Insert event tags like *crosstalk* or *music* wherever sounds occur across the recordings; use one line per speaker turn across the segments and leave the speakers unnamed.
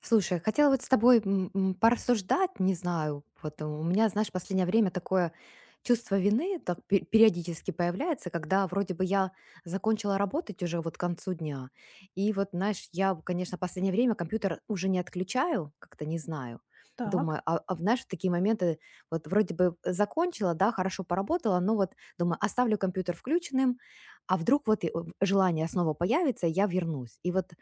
Слушай, хотела вот с тобой порассуждать, не знаю, вот у меня, знаешь, последнее время такое чувство вины так периодически появляется, когда вроде бы я закончила работать уже вот к концу дня, и вот, знаешь, я, конечно, последнее время компьютер уже не отключаю, как-то не знаю,
Так.
думаю, а знаешь, в такие моменты вот вроде бы закончила, да, хорошо поработала, но вот думаю, оставлю компьютер включенным, а вдруг вот желание снова появится, и я вернусь. И вот,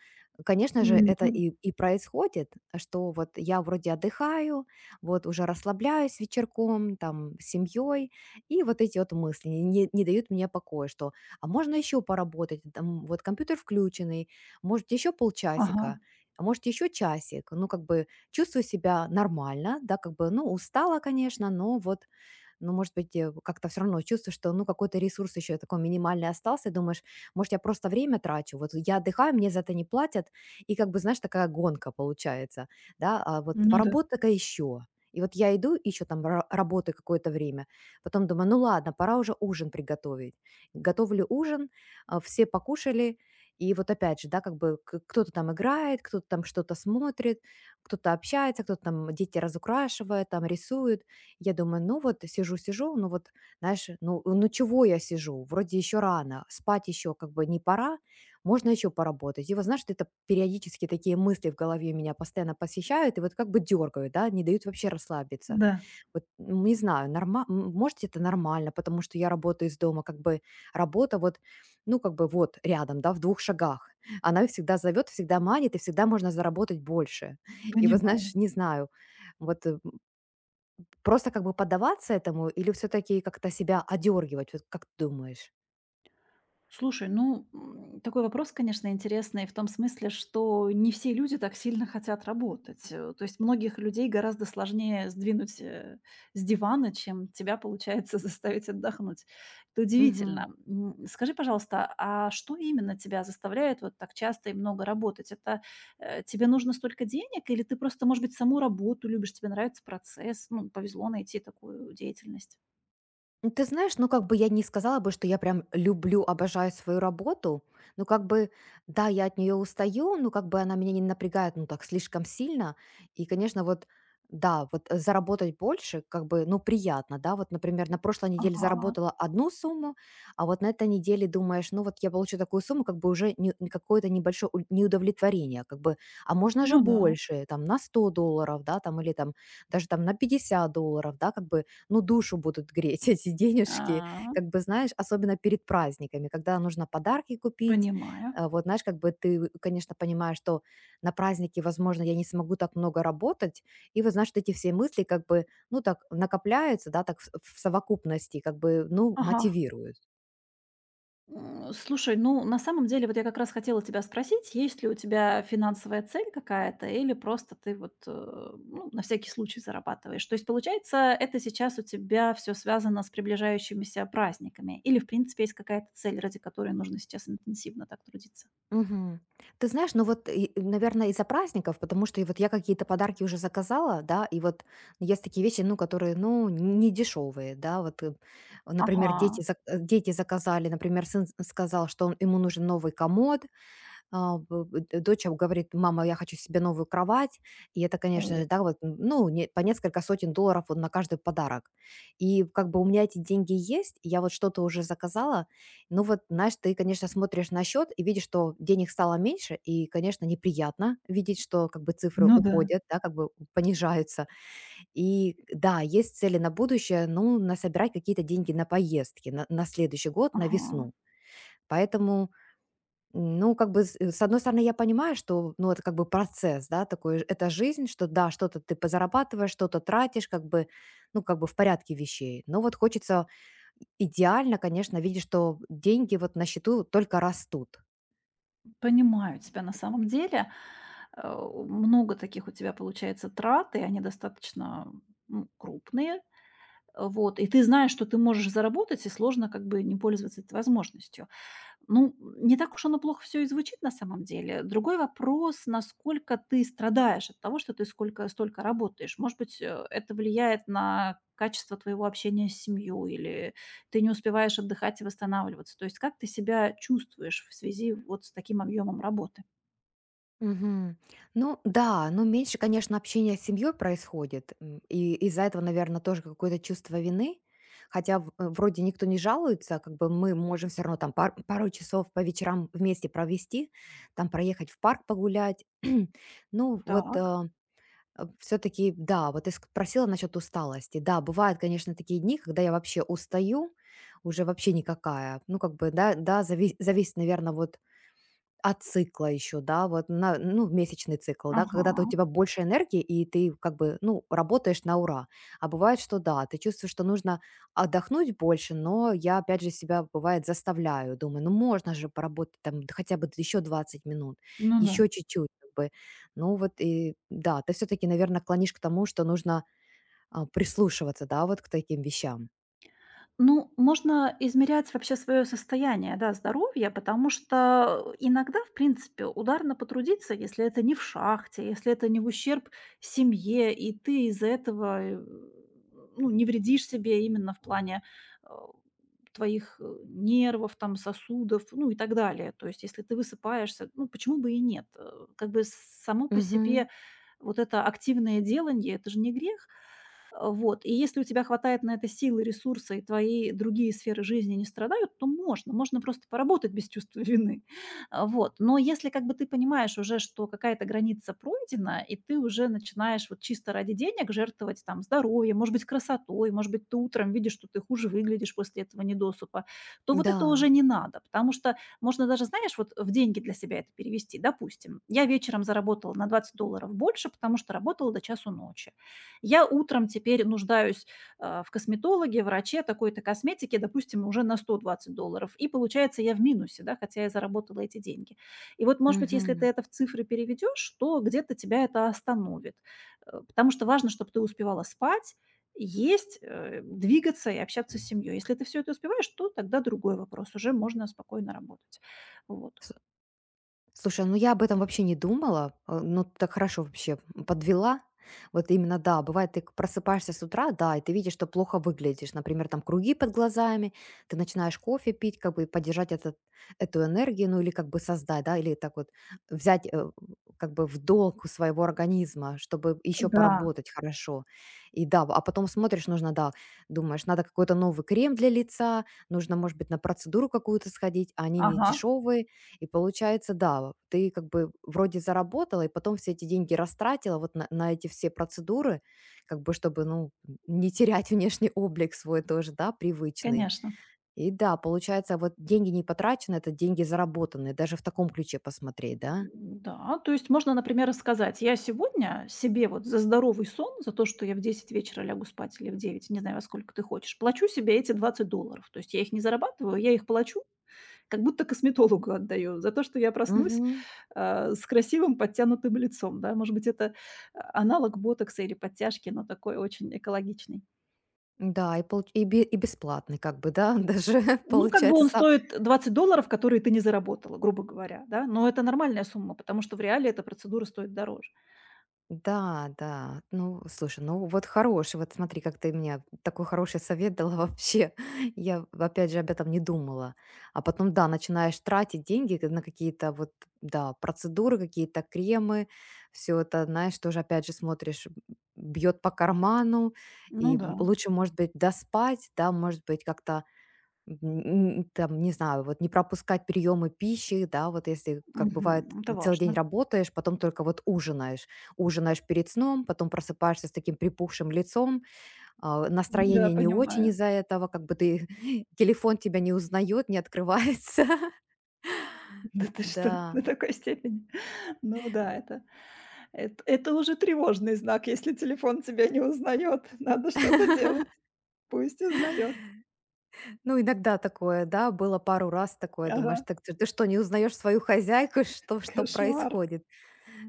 конечно же, это
Мгм.
и происходит, что вот я вроде отдыхаю, вот уже расслабляюсь вечерком, там, с семьей, и вот эти вот мысли не дают мне покоя, что а можно еще поработать, там, вот компьютер включенный, может, еще
Ага.
полчасика, а может, еще часик, ну, как бы чувствую себя нормально, да, как бы, ну, устала, конечно, но вот, но, может быть, как-то все равно чувствуешь, что, ну, какой-то ресурс еще такой минимальный остался, и думаешь, может, я просто время трачу, вот я отдыхаю, мне за это не платят, и как бы, знаешь, такая гонка получается, да, а вот
Ну да,
поработай-ка еще. И вот я иду, еще там работаю какое-то время, потом думаю, ну ладно, пора уже ужин приготовить. Готовлю ужин, все покушали, и вот опять же, да, как бы кто-то там играет, кто-то там что-то смотрит, кто-то общается, кто-то там дети разукрашивает, там рисует. Я думаю, ну вот сижу-сижу, ну вот, знаешь, ну чего я сижу? Вроде еще рано, спать еще как бы не пора, можно еще поработать. И вот знаешь, вот это периодически такие мысли в голове меня постоянно посещают и вот как бы дергают, да, не дают вообще расслабиться.
да,
Вот не знаю, может, это нормально, потому что я работаю из дома, как бы работа вот, ну как бы вот рядом, да, в двух шагах. Она всегда зовет, всегда манит, и всегда можно заработать больше. *laughs* И вот знаешь,
понимаю.
не знаю, вот э, просто как бы поддаваться этому или все таки как-то себя одергивать? Вот как ты думаешь?
Слушай, ну, такой вопрос, конечно, интересный в том смысле, что не все люди так сильно хотят работать. То есть многих людей гораздо сложнее сдвинуть с дивана, чем тебя получается *laughs* заставить отдохнуть. Это
Мгм.
удивительно. Скажи, пожалуйста, а что именно тебя заставляет вот так часто и много работать? Это тебе нужно столько денег или ты просто, может быть, саму работу любишь, тебе нравится процесс, ну, повезло найти такую деятельность?
Ну, ты знаешь, ну, как бы я не сказала бы, что я прям люблю, обожаю свою работу, но как бы, да, я от нее устаю, но как бы она меня не напрягает, ну, так, слишком сильно, и, конечно, вот, да, заработать больше, как бы, ну, приятно, да, вот, например, на прошлой неделе
Ага,
заработала одну сумму, а вот на этой неделе думаешь, ну, вот я получу такую сумму, как бы уже какое-то небольшое неудовлетворение, как бы, а можно же
ну да.
больше, там, на $100, да, там, или там, даже там на $50, да, как бы, ну, душу будут греть *laughs* эти денежки.
А,
Как бы, знаешь, особенно перед праздниками, когда нужно подарки купить.
понимаю.
Вот, знаешь, как бы ты, конечно, понимаешь, что на празднике, возможно, я не смогу так много работать. И вот, знаешь, вот эти все мысли как бы, ну, так накопляются, да, так в совокупности, как бы, ну,
Ага.
мотивируют.
Слушай, ну, на самом деле, вот я как раз хотела тебя спросить, есть ли у тебя финансовая цель какая-то или просто ты вот, ну, на всякий случай зарабатываешь? То есть, получается, это сейчас у тебя все связано с приближающимися праздниками или, в принципе, есть какая-то цель, ради которой нужно сейчас интенсивно так трудиться?
Мгм. Ты знаешь, ну вот, наверное, из-за праздников, потому что и вот я какие-то подарки уже заказала, да, и вот есть такие вещи, ну, которые, ну, не дешевые, да, вот, например,
Ага.
дети заказали, например, сын сказал, что он, ему нужен новый комод, а, б б дочь говорит: "Мама, я хочу себе новую кровать". И это,
О,
конечно же, да, вот, ну, не по несколько сотен долларов вот на каждый подарок. И как бы у меня эти деньги есть, я вот что-то уже заказала. Ну вот, знаешь, ты, конечно, смотришь на счет и видишь, что денег стало меньше, и, конечно, неприятно видеть, что как бы цифры
ну да.
уходят, да, как бы понижаются. И да, есть цели на будущее, ну, насобирать какие-то деньги на поездки на следующий год, на
Ага.
весну. Поэтому, ну, как бы, с одной стороны, я понимаю, что, ну, это как бы процесс, да, такой, это жизнь, что, да, что-то ты позарабатываешь, что-то тратишь, как бы, ну, как бы в порядке вещей. Но вот хочется идеально, конечно, видеть, что деньги вот на счету только растут.
Понимаю тебя на самом деле. Э, много таких у тебя получается трат, и они достаточно, крупные. Вот, и ты знаешь, что ты можешь заработать, и сложно как бы не пользоваться этой возможностью. Ну, не так уж оно плохо все и звучит на самом деле. Другой вопрос, насколько ты страдаешь от того, что ты сколько столько работаешь. Может быть, это влияет на качество твоего общения с семьей или ты не успеваешь отдыхать и восстанавливаться. То есть как ты себя чувствуешь в связи вот с таким объемом работы?
Мгм. Ну да, ну меньше, конечно, общения с семьей происходит. И из-за этого, наверное, тоже какое-то чувство вины. Хотя вроде никто не жалуется, как бы мы можем все равно там пару часов по вечерам вместе провести, там проехать в парк погулять. *clears throat* Ну вот
Так.
все-таки, да, вот ты спросила насчет усталости. Да, бывают, конечно, такие дни, когда я вообще устаю, уже вообще никакая. Ну как бы, да, да, зависит, наверное, вот от цикла еще, да, вот на, ну, в месячный цикл, да,
Ага.
когда-то у тебя больше энергии, и ты как бы, ну, работаешь на ура. А бывает, что да, ты чувствуешь, что нужно отдохнуть больше, но я, опять же, себя, бывает, заставляю, думаю, ну, можно же поработать там хотя бы еще 20 минут,
Ну да.
еще чуть-чуть, как бы. Ну, вот и, да, ты все-таки, наверное, клонишь к тому, что нужно прислушиваться, да, вот к таким вещам.
Ну, можно измерять вообще свое состояние, да, здоровья, потому что иногда, в принципе, ударно потрудиться, если это не в шахте, если это не в ущерб семье, и ты из-за этого, ну, не вредишь себе именно в плане э, твоих нервов, там, сосудов, ну и так далее. То есть, если ты высыпаешься, ну, почему бы и нет? Как бы само по
Мгм.
себе вот это активное делание, это же не грех. Вот. И если у тебя хватает на это силы, и ресурса, и твои другие сферы жизни не страдают, то можно. Можно просто поработать без чувства вины. А, вот. Но если как бы ты понимаешь уже, что какая-то граница пройдена, и ты уже начинаешь вот чисто ради денег жертвовать там здоровьем, может быть, красотой, может быть, ты утром видишь, что ты хуже выглядишь после этого недосыпа, то вот это
Да.
уже не надо, потому что можно даже, знаешь, вот в деньги для себя это перевести. Допустим, я вечером заработала на $20 больше, потому что работала до часу ночи. Я утром теперь нуждаюсь, в косметологе, враче, такой-то косметике, допустим, уже на $120. И получается, я в минусе, да, хотя я заработала эти деньги. И вот, может быть, если
Мгм.
ты это в цифры переведешь, то где-то тебя это остановит. Потому что важно, чтобы ты успевала спать, есть, двигаться и общаться с семьей. Если ты все это успеваешь, то тогда другой вопрос, уже можно спокойно работать. Вот.
Слушай, ну я об этом вообще не думала, ну ты так хорошо вообще подвела. Вот именно, да, бывает, ты просыпаешься с утра, да, и ты видишь, что плохо выглядишь. Например, там круги под глазами, ты начинаешь кофе пить, как бы поддержать этот, эту энергию, ну или как бы создать, да, или так вот взять, как бы в долг у своего организма, чтобы еще
Да,
поработать хорошо. И да, а потом смотришь, нужно, да, думаешь, надо какой-то новый крем для лица, нужно, может быть, на процедуру какую-то сходить, а они не
ага.
дешевые, и получается, да, ты как бы вроде заработала, и потом все эти деньги растратила вот на эти все процедуры, как бы чтобы, ну, не терять *laughs* внешний облик свой тоже, да, привычный.
Конечно.
И да, получается, вот деньги не потрачены, это деньги заработанные, даже в таком ключе посмотреть, да?
Да, то есть можно, например, рассказать: "Я сегодня себе вот за здоровый сон, за то, что я в 10 вечера лягу спать или в 9, не знаю, во сколько ты хочешь, плачу себе эти $20". То есть я их не зарабатываю, я их плачу, как будто косметологу отдаю за то, что я проснусь,
Мгм.
с красивым подтянутым лицом, да. Может быть, это аналог ботокса или подтяжки, но такой очень экологичный.
Да, и бесплатный, как бы, да, *laughs* даже
Ну, как бы
получается.
он стоит $20, которые ты не заработала, грубо говоря, да, но это нормальная сумма, потому что в реале эта процедура стоит дороже.
Да, да. Ну, слушай, ну вот хороший, вот смотри, как ты мне такой хороший совет дала вообще. *laughs* Я, опять же, об этом не думала. А потом, да, начинаешь тратить деньги на какие-то вот, да, процедуры, какие-то кремы, все это, знаешь, тоже, опять же, смотришь, бьет по карману,
Ну
и
да.
лучше, может быть, доспать, да, может быть, как-то М, там, не знаю, вот не пропускать приемы пищи, да, вот если, как бывает,
Мгм. Это
целый день
важно.
работаешь, потом только вот ужинаешь. Ужинаешь перед сном, потом просыпаешься с таким припухшим лицом,
Да,
настроение не очень
понимаю.
из-за этого, как бы ты, *laughs* телефон тебя не узнает, не открывается. *laughs*
*laughs* Да ты что,
Да.
до такой степени? *laughs* Ну да, это уже тревожный знак, если телефон тебя не узнает. Надо что-то делать. Пусть узнает.
Ну, иногда такое, да, было пару раз такое,
Ага,
думаешь, так ты что, не узнаешь свою хозяйку? *laughs* Что, что
кошмар.
происходит?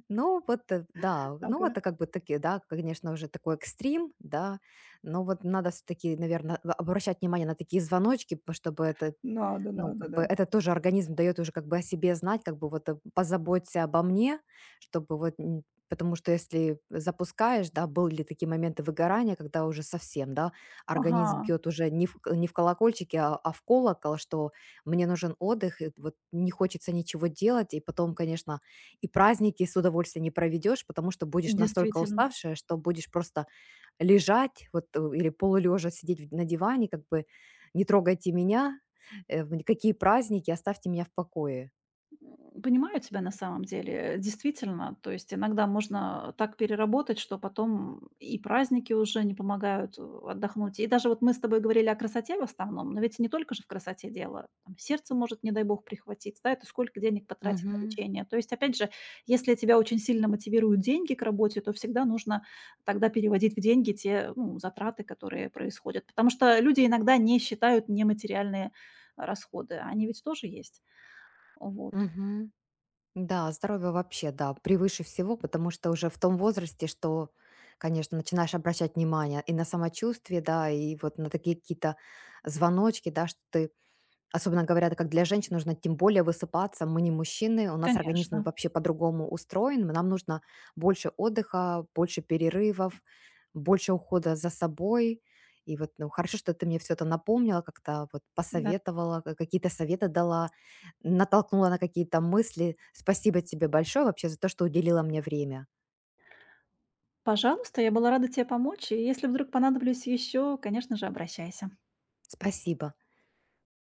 Ну вот, да, ну
Ага.
это как бы такие, да, конечно, уже такой экстрим, да, но вот надо все-таки, наверное, обращать внимание на такие звоночки, чтобы это,
Надо,
ну,
надо,
как бы
да.
это тоже организм дает уже как бы о себе знать, как бы вот, позаботься обо мне, чтобы вот н потому что если запускаешь, да, были ли такие моменты выгорания, когда уже совсем, да, организм
Ага.
бьет уже не в колокольчики, а в колокол, что мне нужен отдых, и вот не хочется ничего делать. И потом, конечно, и праздники с удовольствием не проведешь, потому что будешь настолько
Действительно.
уставшая, что будешь просто лежать вот, или полулежа сидеть в на диване, как бы: "Не трогайте меня, в какие праздники, оставьте меня в покое".
Понимаю тебя на самом деле. Действительно, то есть иногда можно так переработать, что потом и праздники уже не помогают отдохнуть. И даже вот мы с тобой говорили о красоте в основном, но ведь не только же в красоте дело. Там сердце может, не дай бог, прихватить, да, это сколько денег потратить на
Мгм.
лечение. То есть, опять же, если тебя очень сильно мотивируют деньги к работе, то всегда нужно тогда переводить в деньги те ну, затраты, которые происходят. Потому что люди иногда не считают нематериальные расходы, они ведь тоже есть. Вот.
Мгм. Да, здоровье вообще, да, превыше всего, потому что уже в том возрасте, что, конечно, начинаешь обращать внимание и на самочувствие, да, и вот на такие какие-то звоночки, да, что ты. Особенно говорят, как для женщин нужно тем более высыпаться. Мы не мужчины, у нас
Конечно,
организм вообще по-другому устроен. Нам нужно больше отдыха, больше перерывов, больше ухода за собой. И вот, ну, хорошо, что ты мне все это напомнила, как-то вот
да.
посоветовала, какие-то советы дала, натолкнула на какие-то мысли. Спасибо тебе большое вообще за то, что уделила мне время.
Пожалуйста, я была рада тебе помочь. И если вдруг понадоблюсь еще, конечно же, обращайся.
Спасибо.